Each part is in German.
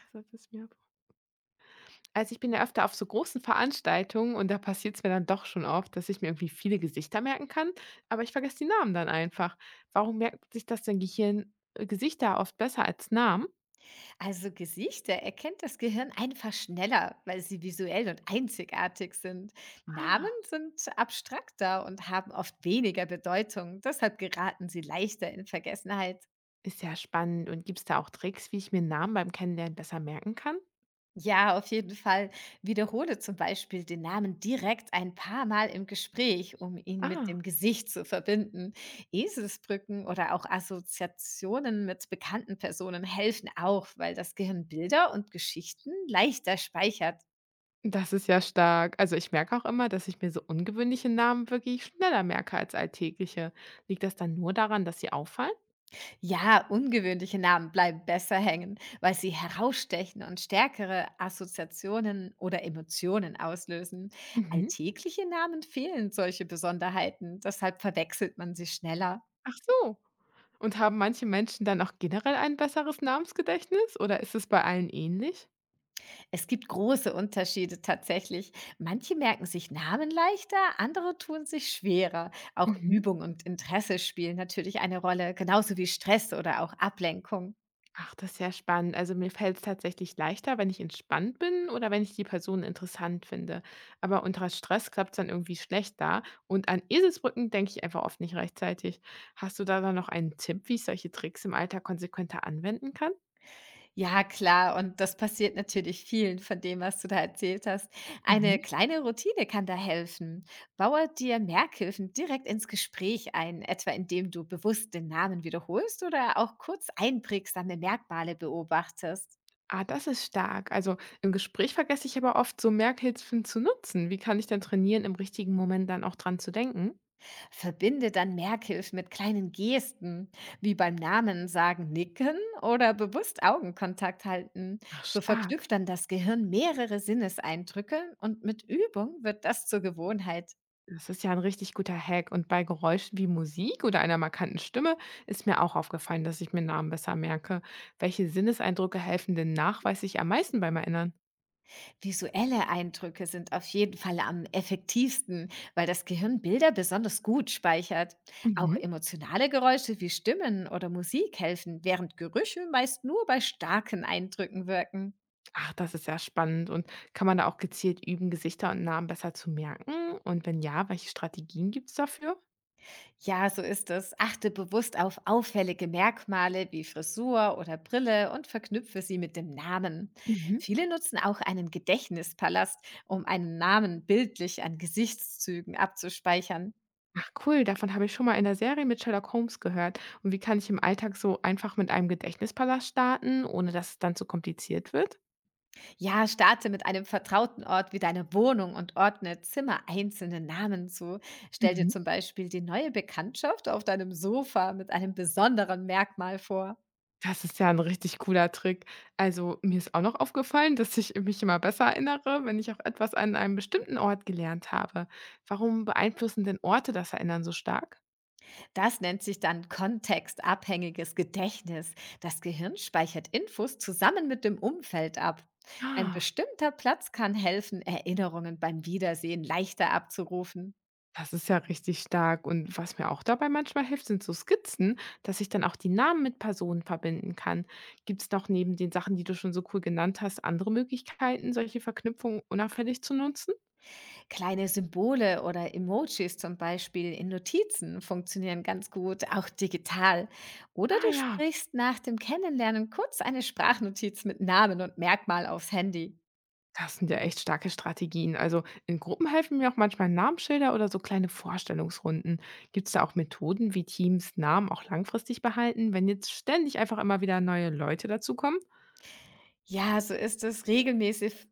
Deshalb ist mir also, ich bin ja öfter auf so großen Veranstaltungen und da passiert es mir dann doch schon oft, dass ich mir irgendwie viele Gesichter merken kann, aber ich vergesse die Namen dann einfach. Warum merkt sich das dein Gehirn, Gesichter oft besser als Namen? Also Gesichter erkennt das Gehirn einfach schneller, weil sie visuell und einzigartig sind. Namen Ah, sind abstrakter und haben oft weniger Bedeutung. Deshalb geraten sie leichter in Vergessenheit. ist ja spannend. Und gibt es da auch Tricks, wie ich mir Namen beim Kennenlernen besser merken kann? Ja, auf jeden Fall. Wiederhole zum Beispiel den Namen direkt ein paar Mal im Gespräch, um ihn mit Ah, dem Gesicht zu verbinden. Eselsbrücken oder auch Assoziationen mit bekannten Personen helfen auch, weil das Gehirn Bilder und Geschichten leichter speichert. das ist ja stark. Also, ich merke auch immer, dass ich mir so ungewöhnliche Namen wirklich schneller merke als alltägliche. Liegt das dann nur daran, dass sie auffallen? Ja, ungewöhnliche Namen bleiben besser hängen, weil sie herausstechen und stärkere Assoziationen oder Emotionen auslösen. Mhm. Alltägliche Namen fehlen solche Besonderheiten, deshalb verwechselt man sie schneller. Ach so. Und haben manche Menschen dann auch generell ein besseres Namensgedächtnis oder ist es bei allen ähnlich? Es gibt große Unterschiede tatsächlich. Manche merken sich Namen leichter, andere tun sich schwerer. Auch Mhm. Übung und Interesse spielen natürlich eine Rolle, genauso wie Stress oder auch Ablenkung. Ach, das ist ja spannend. Also mir fällt es tatsächlich leichter, wenn ich entspannt bin oder wenn ich die Person interessant finde. Aber unter Stress klappt es dann irgendwie schlecht da. Und an Eselsbrücken denke ich einfach oft nicht rechtzeitig. Hast du da dann noch einen Tipp, wie ich solche Tricks im Alltag konsequenter anwenden kann? Ja, klar, und das passiert natürlich vielen von dem, was du da erzählt hast. Eine Mhm. kleine Routine kann da helfen. Baue dir Merkhilfen direkt ins Gespräch ein, etwa indem du bewusst den Namen wiederholst oder auch kurz einprägsame Merkmale beobachtest. Ah, das ist stark. Also im Gespräch vergesse ich aber oft, so Merkhilfen zu nutzen. Wie kann ich dann trainieren, im richtigen Moment dann auch dran zu denken? Verbinde dann Merkhilfen mit kleinen Gesten, wie beim Namen sagen, nicken oder bewusst Augenkontakt halten. Ach, So stark. verknüpft dann das Gehirn mehrere Sinneseindrücke und mit Übung wird das zur Gewohnheit. Das ist ja ein richtig guter Hack. Und bei Geräuschen wie Musik oder einer markanten Stimme ist mir auch aufgefallen, dass ich mir Namen besser merke. Welche Sinneseindrücke helfen denn nachweislich am meisten beim Erinnern? Visuelle Eindrücke sind auf jeden Fall am effektivsten, weil das Gehirn Bilder besonders gut speichert. Auch Mhm. emotionale Geräusche wie Stimmen oder Musik helfen, während Gerüche meist nur bei starken Eindrücken wirken. Ach, das ist ja spannend. Und kann man da auch gezielt üben, Gesichter und Namen besser zu merken? Und wenn ja, welche Strategien gibt's dafür? Ja, so ist es. Achte bewusst auf auffällige Merkmale wie Frisur oder Brille und verknüpfe sie mit dem Namen. Mhm. Viele nutzen auch einen Gedächtnispalast, um einen Namen bildlich an Gesichtszügen abzuspeichern. Ach cool, davon habe ich schon mal in der Serie mit Sherlock Holmes gehört. Und wie kann ich im Alltag so einfach mit einem Gedächtnispalast starten, ohne dass es dann zu kompliziert wird? Ja, starte mit einem vertrauten Ort wie deiner Wohnung und ordne Zimmer einzelne Namen zu. Stell dir zum Mhm. Beispiel die neue Bekanntschaft auf deinem Sofa mit einem besonderen Merkmal vor. Das ist ja ein richtig cooler Trick. Also, mir ist auch noch aufgefallen, dass ich mich immer besser erinnere, wenn ich auch etwas an einem bestimmten Ort gelernt habe. Warum beeinflussen denn Orte das Erinnern so stark? Das nennt sich dann kontextabhängiges Gedächtnis. Das Gehirn speichert Infos zusammen mit dem Umfeld ab. Ein Ah, bestimmter Platz kann helfen, Erinnerungen beim Wiedersehen leichter abzurufen. das ist ja richtig stark. Und was mir auch dabei manchmal hilft, sind so Skizzen, dass ich dann auch die Namen mit Personen verbinden kann. Gibt es noch neben den Sachen, die du schon so cool genannt hast, andere Möglichkeiten, solche Verknüpfungen unauffällig zu nutzen? Kleine Symbole oder Emojis zum Beispiel in Notizen funktionieren ganz gut, auch digital. Oder Ah du ja. sprichst nach dem Kennenlernen kurz eine Sprachnotiz mit Namen und Merkmal aufs Handy. Das sind ja echt starke Strategien. Also in Gruppen helfen mir auch manchmal Namensschilder oder so kleine Vorstellungsrunden. Gibt es da auch Methoden, wie Teams Namen auch langfristig behalten, wenn jetzt ständig einfach immer wieder neue Leute dazukommen? Ja, so ist es. Regelmäßige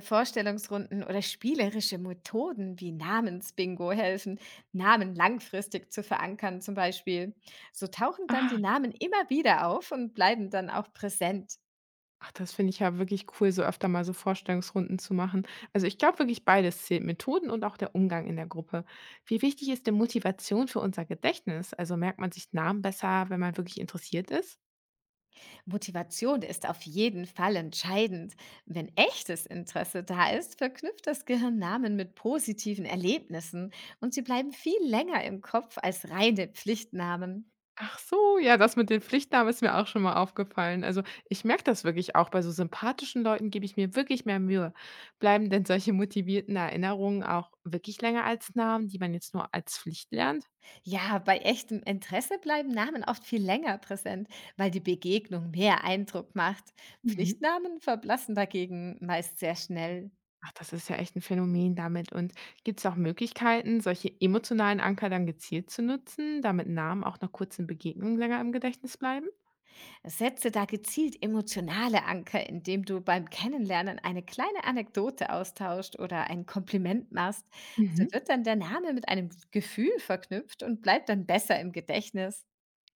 Vorstellungsrunden oder spielerische Methoden wie Namensbingo helfen, Namen langfristig zu verankern zum Beispiel. So tauchen dann die Ah, Namen immer wieder auf und bleiben dann auch präsent. ach, das finde ich ja wirklich cool, so öfter mal so Vorstellungsrunden zu machen. Also ich glaube wirklich beides zählt, Methoden und auch der Umgang in der Gruppe. Wie wichtig ist denn Motivation für unser Gedächtnis? Also merkt man sich Namen besser, wenn man wirklich interessiert ist? Motivation ist auf jeden Fall entscheidend. Wenn echtes Interesse da ist, verknüpft das Gehirn Namen mit positiven Erlebnissen und sie bleiben viel länger im Kopf als reine Pflichtnamen. Ach so, ja, das mit den Pflichtnamen ist mir auch schon mal aufgefallen. Also, ich merke das wirklich auch. Bei so sympathischen Leuten gebe ich mir wirklich mehr Mühe. Bleiben denn solche motivierten Erinnerungen auch wirklich länger als Namen, die man jetzt nur als Pflicht lernt? Ja, bei echtem Interesse bleiben Namen oft viel länger präsent, weil die Begegnung mehr Eindruck macht. Mhm. Pflichtnamen verblassen dagegen meist sehr schnell. Ach, das ist ja echt ein Phänomen damit. Und gibt es auch Möglichkeiten, solche emotionalen Anker dann gezielt zu nutzen, damit Namen auch nach kurzen Begegnungen länger im Gedächtnis bleiben? Setze da gezielt emotionale Anker, indem du beim Kennenlernen eine kleine Anekdote austauscht oder ein Kompliment machst. So Mhm. wird dann der Name mit einem Gefühl verknüpft und bleibt dann besser im Gedächtnis.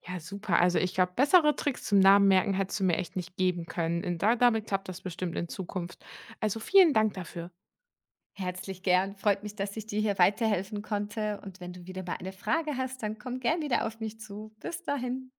Ja, super. Also ich glaube, bessere Tricks zum Namen merken hättest du mir echt nicht geben können. Da, damit klappt das bestimmt in Zukunft. Also vielen Dank dafür. Herzlich gern. Freut mich, dass ich dir hier weiterhelfen konnte. Und wenn du wieder mal eine Frage hast, dann komm gern wieder auf mich zu. Bis dahin.